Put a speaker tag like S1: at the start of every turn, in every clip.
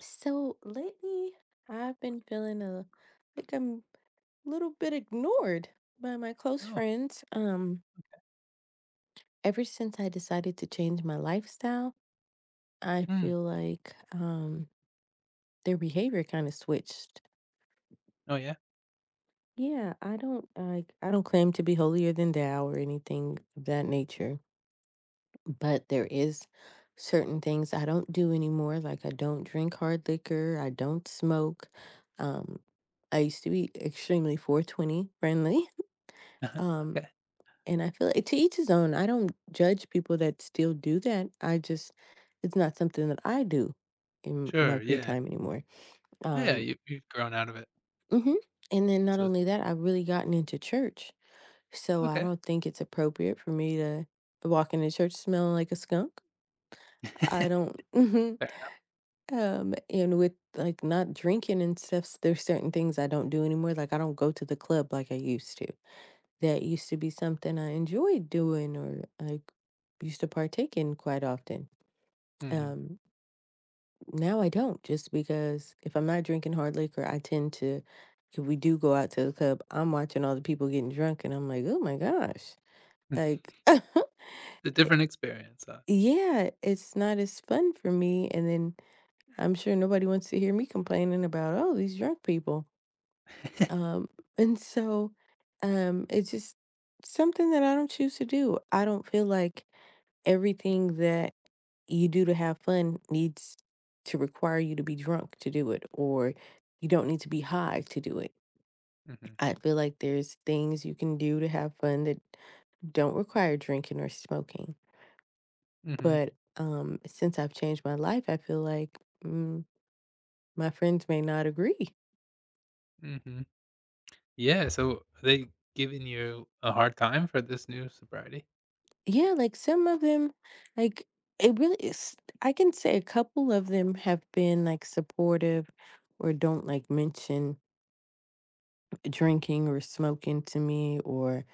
S1: So lately, I've been feeling a like I'm a little bit ignored by my close
S2: Oh,
S1: friends. Ever since I decided to change my lifestyle, I
S2: mm.
S1: feel like their behavior kind of switched.
S2: Oh, yeah?
S1: Yeah, I don't claim to be holier than thou or anything of that nature, but there is certain things I don't do anymore. Like I don't drink hard liquor, I don't smoke. Um, I used to be extremely 420 friendly. Um,
S2: Okay.
S1: and I feel like to each his own. I don't judge people that still do that. I just It's not something that I do in my
S2: Sure,
S1: free
S2: yeah.
S1: time anymore.
S2: Yeah,
S1: Um,
S2: you've grown out of it,
S1: mhm. And then not
S2: so
S1: only that, I've really gotten into church. So I
S2: okay.
S1: don't think it's appropriate for me to walk into church smelling like a skunk. I don't mhm.
S2: Fair
S1: And with like not drinking and stuff, there's certain things I don't do anymore. Like I don't go to the club like I used to. That used to be something I enjoyed doing or I used to partake in quite often.
S2: enough. Mhm.
S1: Um, Now I don't just because if I'm not drinking hard liquor, I tend to if we do go out to the club, I'm watching all the people getting drunk and I'm like, "Oh my gosh." Like
S2: It's a different experience, huh?
S1: yeah, it's not as fun for me, and then I'm sure nobody wants to hear me complaining about, "Oh, these drunk people." Um, and so, it's just something that I don't choose to do. I don't feel like everything that you do to have fun needs to require you to be drunk to do it, or you don't need to be high to do it.
S2: Mhm.
S1: I feel like there's things you can do to have fun that don't require drinking or smoking.
S2: Mhm.
S1: But since I've changed my life, I feel like mm, my friends may not agree.
S2: Mhm. Yeah, so are they giving you a hard time for this new sobriety?
S1: Yeah, like some of them, like it really is. I can say a couple of them have been like supportive or don't like mention drinking or smoking to me, or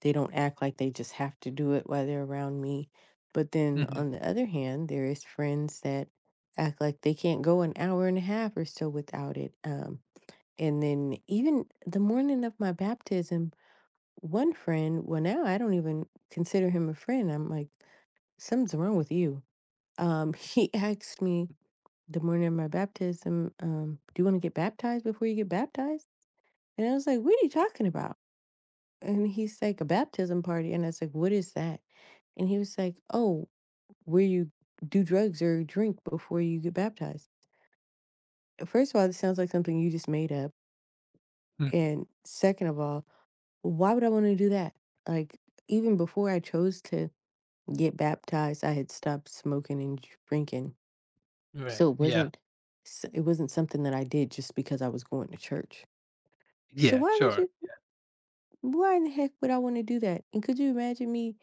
S1: they don't act like they just have to do it while they're around me. But then
S2: Mhm.
S1: on the other hand, there is friends that act like they can't go an hour and a half or so without it. And then even the morning of my baptism, one friend, well, now I don't even consider him a friend. I'm like, something's wrong with you. He asked me the morning of my baptism, do you want to get baptized before you get baptized? And I was like, what are you talking about? And he's like, a baptism party. And I was like, what is that? And he was like, oh, where you do drugs or drink before you get baptized. First of all, this sounds like something you just made up.
S2: Mm.
S1: And second of all, why would I want to do that? Like, even before I chose to get baptized, I had stopped smoking and drinking.
S2: Right.
S1: So
S2: Yeah.
S1: it wasn't something that I did just because I was going to church. So
S2: Yeah, sure.
S1: why in the heck would I wanna do that? And could you imagine me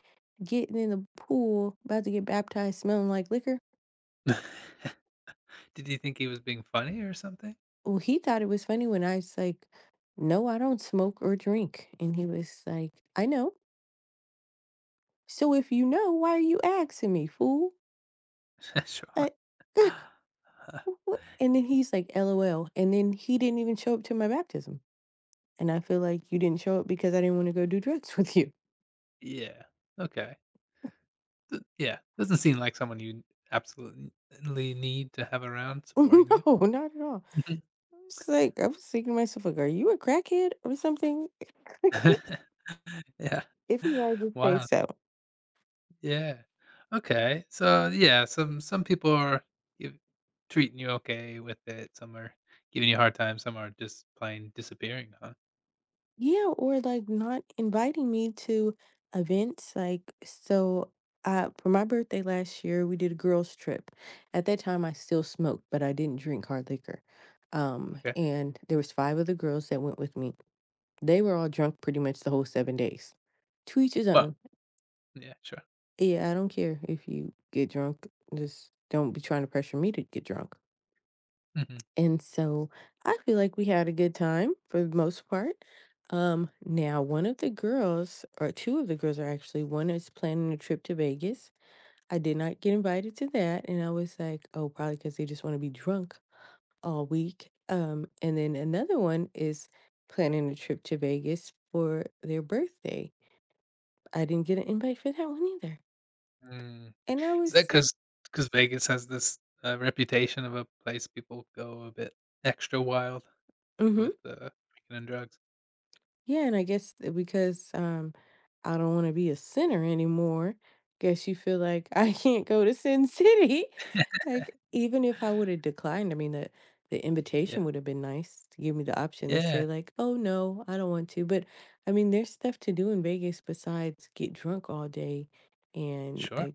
S1: getting in the pool, about to get baptized, smelling like liquor?
S2: Did you think he was being funny or something?
S1: Well, he thought it was funny when I was like, "No, I don't smoke or drink." And he was like, "I know. So if you know, why are you asking me, fool?" I
S2: Sure.
S1: what? And then he's like, "LOL." And then he didn't even show up to my baptism. And I feel like you didn't show up because I didn't wanna go do drugs with you.
S2: Yeah. Okay. Th Yeah, doesn't seem like someone you absolutely need to have around supporting you.
S1: No, not at all.
S2: Mhm.
S1: I was like I was thinking to myself, like, "Are you a crackhead or something?" Like,
S2: Yeah.
S1: if you guys would say
S2: Wow,
S1: so.
S2: yeah. Okay, so, yeah, some people are giv treating you okay with it, some are giving you a hard time, some are just plain disappearing, huh?
S1: Yeah, or, like, not inviting me to events, like, so, for my birthday last year, we did a girls' trip. At that time, I still smoked, but I didn't drink hard liquor,
S2: Okay.
S1: and there was 5 of the girls that went with me. They were all drunk pretty much the whole 7 days. To each his
S2: Well,
S1: own.
S2: yeah, sure.
S1: Yeah, I don't care if you get drunk, just don't be trying to pressure me to get drunk.
S2: Mhm.
S1: And so I feel like we had a good time for the most part. Now one of the girls, or two of the girls are actually, one is planning a trip to Vegas. I did not get invited to that, and I was like, oh, probably because they just want to be drunk all week. And then another one is planning a trip to Vegas for their birthday. I didn't get an invite for that one either.
S2: Mm.
S1: And I
S2: Is that
S1: was, like,
S2: because Vegas has this, reputation of a place people go a bit extra wild
S1: "Mm-hmm."
S2: with, drinking and drugs?
S1: Yeah, and I guess that because I don't want to be a sinner anymore, guess you feel like I can't go to Sin City. Like, even if I would have declined, I mean, the
S2: Yeah.
S1: invitation would have been nice to give me the option to
S2: Yeah.
S1: say, like, oh no, I don't want to. But I mean, there's stuff to do in Vegas besides get drunk all day. And
S2: Sure.
S1: like,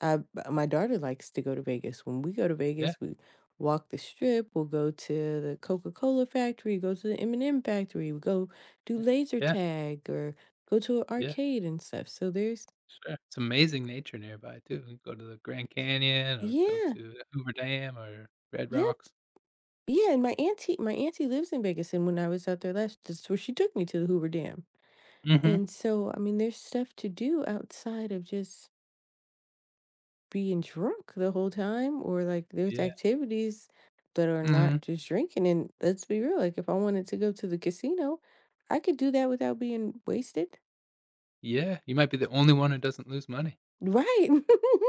S1: I, my daughter likes to go to Vegas. When we go to
S2: Yeah.
S1: Vegas, we walk the strip, we'll go to the Coca-Cola factory, go to the M&M factory, we go do
S2: Mm.
S1: laser
S2: Yeah.
S1: tag or go to an
S2: Yeah.
S1: arcade and stuff. So there's
S2: Sure. It's amazing nature nearby too. You go to the Grand Canyon or go
S1: yeah,
S2: to Hoover Dam or Red
S1: yep,
S2: Rocks.
S1: yeah. And my auntie lives in Vegas, and when I was out there last, that's where she took me to the Hoover Dam.
S2: Mhm.
S1: And so, I mean, there's stuff to do outside of just being drunk the whole time, or like there's
S2: Yeah.
S1: activities that are not
S2: Mhm.
S1: just drinking. And let's be real, like if I wanted to go to the casino, I could do that without being wasted.
S2: Yeah. You might be the only one who doesn't lose money.
S1: Right.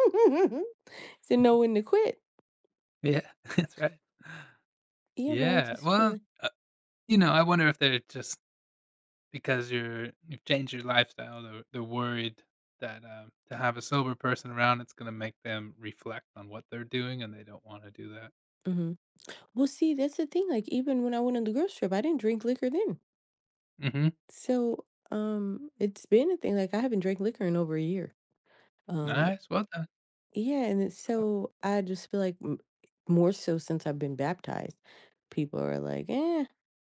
S1: to know when to quit.
S2: Yeah. That's right.
S1: Yeah, but I
S2: Yeah.
S1: just feel
S2: Well,
S1: like
S2: uh, you know, I wonder if they're just because you've changed your lifestyle, they're worried that, to have a sober person around, it's gonna make them reflect on what they're doing, and they don't wanna do that.
S1: mhm. Well, see, that's the thing. Like, even when I went on the girls trip, I didn't drink liquor then.
S2: Mhm.
S1: So, it's been a thing. Like, I haven't drank liquor in over a year. Um,
S2: Nice. Well done.
S1: yeah, and it's
S2: Cool.
S1: so I just feel like more so since I've been baptized, people are like, eh,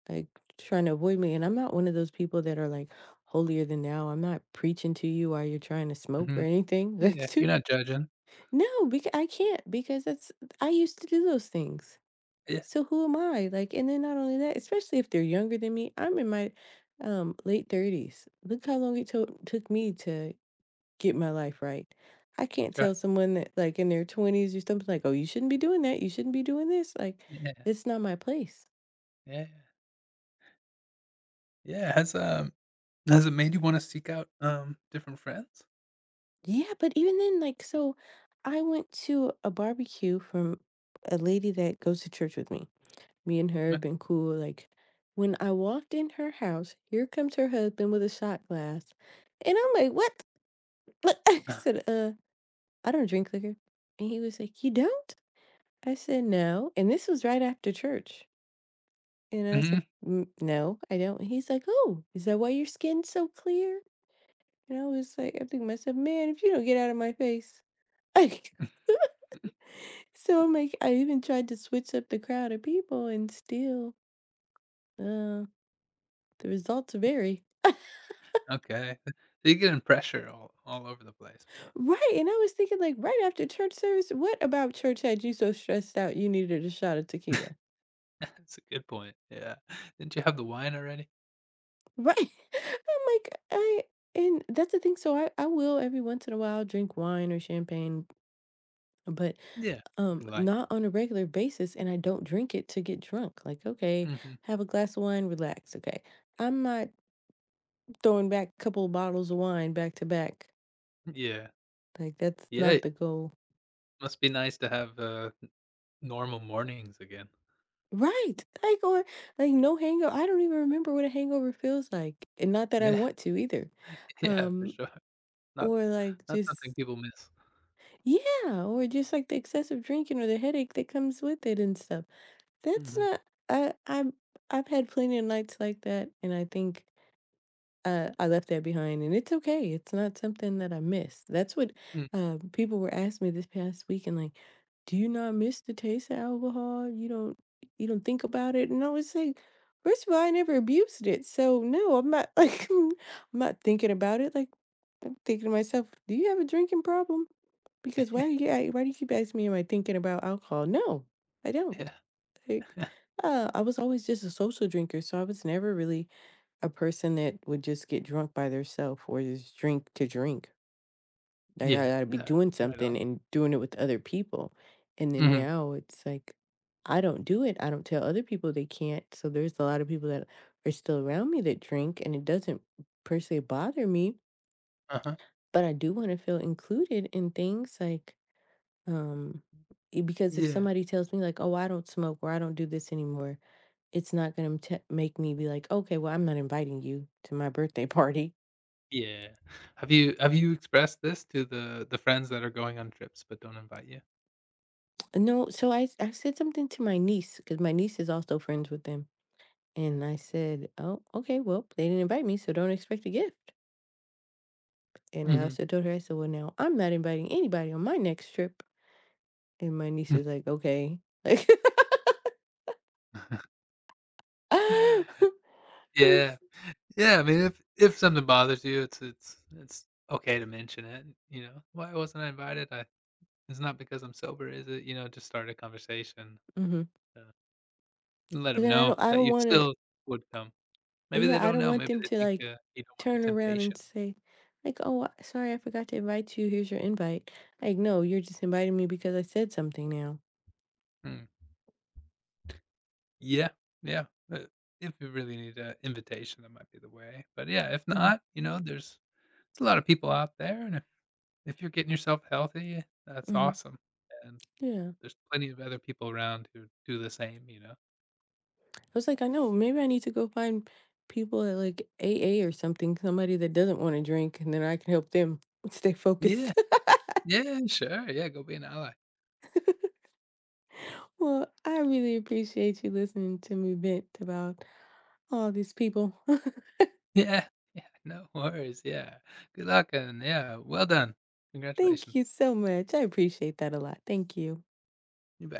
S1: like trying to avoid me. And I'm not one of those people that are like holier than thou. I'm not preaching to you while you're trying to smoke or
S2: Mhm.
S1: anything. Like,
S2: Yeah, you're not judging.
S1: no, because I can't because that's I used to do those things.
S2: Yeah,
S1: So who am I? Like, and then not only that, especially if they're younger than me, I'm in my late 30s. Look how long took me to get my life right. I can't
S2: sure.
S1: tell someone that like in their 20s or something like, "Oh, you shouldn't be doing that. You shouldn't be doing this." Like,
S2: Yeah,
S1: it's not my place.
S2: yeah, yeah. Has it made you wanna seek out, different friends?
S1: Yeah, but even then like so I went to a barbecue from a lady that goes to church with me. Me and her have
S2: Okay.
S1: been cool like when I walked in her house, here comes her husband with a shot glass. And I'm like, what? But I said, I don't drink liquor." And he was like, "You don't?" I said, "No." And this was right after church. And I was like,
S2: Mhm.
S1: "No, I don't." And he's like, "Oh, is that why your skin's so clear?" And I was like, I think to myself, man, if you don't get out of my face. Like, so I'm like, I even tried to switch up the crowd of people and still, uh, the results vary.
S2: Okay. So you're getting pressure all over the place.
S1: Right. And I was thinking, like, right after church service, what about church had you so stressed out you needed a shot of tequila?
S2: That's a good point, yeah. Didn't you have the wine already?
S1: Right. I'm like, I and that's the thing. So I will every once in a while drink wine or champagne, but
S2: Yeah, something light.
S1: not on a regular basis, and I don't drink it to get drunk. Like, okay,
S2: Mhm.
S1: have a glass of wine, relax. Okay. I'm not throwing back a couple of bottles of wine back to back.
S2: Yeah.
S1: Like that's
S2: Yeah,
S1: not
S2: it
S1: the goal.
S2: must be nice to have, n normal mornings again.
S1: Right. Like or like no hangover. I don't even remember what a hangover feels like. And not that I
S2: Yeah,
S1: want to either.
S2: yeah, for
S1: Um
S2: sure. Not
S1: or like
S2: not something
S1: just
S2: people miss.
S1: Yeah, or just like the excessive drinking or the headache that comes with it and stuff. That's
S2: Mhm.
S1: not I I'm I've had plenty of nights like that, and I think I left that behind and it's okay. It's not something that I miss. That's what People were asking me this past week and like, do you not miss the taste of alcohol? You don't think about it? And I was like, first of all, I never abused it. So no, I'm not like I'm not thinking about it. Like I'm thinking to myself, "Do you have a drinking problem? Because why do you keep asking me, am I thinking about alcohol? No, I don't."
S2: Yeah.
S1: Like, I was always just a social drinker, so I was never really a person that would just get drunk by themselves or just drink to drink. Like, I
S2: Yeah,
S1: gotta be
S2: yeah,
S1: doing
S2: right
S1: something
S2: on.
S1: and doing it with other people. And then
S2: Mhm,
S1: now it's like, I don't do it. I don't tell other people they can't. So there's a lot of people that are still around me that drink, and it doesn't per se bother me,
S2: uh-huh.
S1: but I do wanna feel included in things like, um, e because if
S2: Yeah,
S1: somebody tells me like, "Oh, I don't smoke," or "I don't do this anymore," it's not gonna make me be like, "Okay, well, I'm not inviting you to my birthday party."
S2: yeah. Have you expressed this to the friends that are going on trips but don't invite you?
S1: No, so I said something to my niece because my niece is also friends with them, and I said, "Oh, okay, well, they didn't invite me, so don't expect a gift." And I
S2: Mhm.
S1: also told her, I said, "Well, now I'm not inviting anybody on my next trip." And my niece is like, "Okay." Like
S2: Yeah, yeah, I mean, if something bothers you, it's okay to mention it, you know? "Why wasn't I invited? I It's not because I'm sober, is it?" You know, just start a conversation,
S1: mhm.
S2: uh, let
S1: But
S2: them
S1: then
S2: know
S1: I
S2: that
S1: don't
S2: you
S1: wanna
S2: still would come. Maybe they
S1: yeah, I
S2: don't
S1: don't
S2: know,
S1: want
S2: maybe
S1: them
S2: they
S1: to,
S2: think,
S1: like,
S2: you don't want the
S1: turn around and
S2: temptation.
S1: say, like, "Oh, I sorry, I forgot to invite you. Here's your invite." Like, "No, you're just inviting me because I said something now."
S2: Mm. Yeah, yeah, but if you really need an invitation, that might be the way, but yeah, if
S1: Mhm,
S2: not, you know, there's a lot of people out there, and if you're getting yourself healthy, that's
S1: mhm,
S2: awesome, and
S1: yeah.
S2: there's plenty of other people around who do the same, you know?
S1: I was like, "I know, maybe I need to go find people at, like, AA or something, somebody that doesn't wanna drink, and then I can help them stay focused."
S2: Yeah, yeah, sure, yeah, go be an ally.
S1: Well, I really appreciate you listening to me vent about all these people.
S2: Yeah, yeah, no worries, yeah, good luck, and yeah, well done.
S1: Thank
S2: Congratulations.
S1: you so much. I appreciate that a lot. Thank you.
S2: You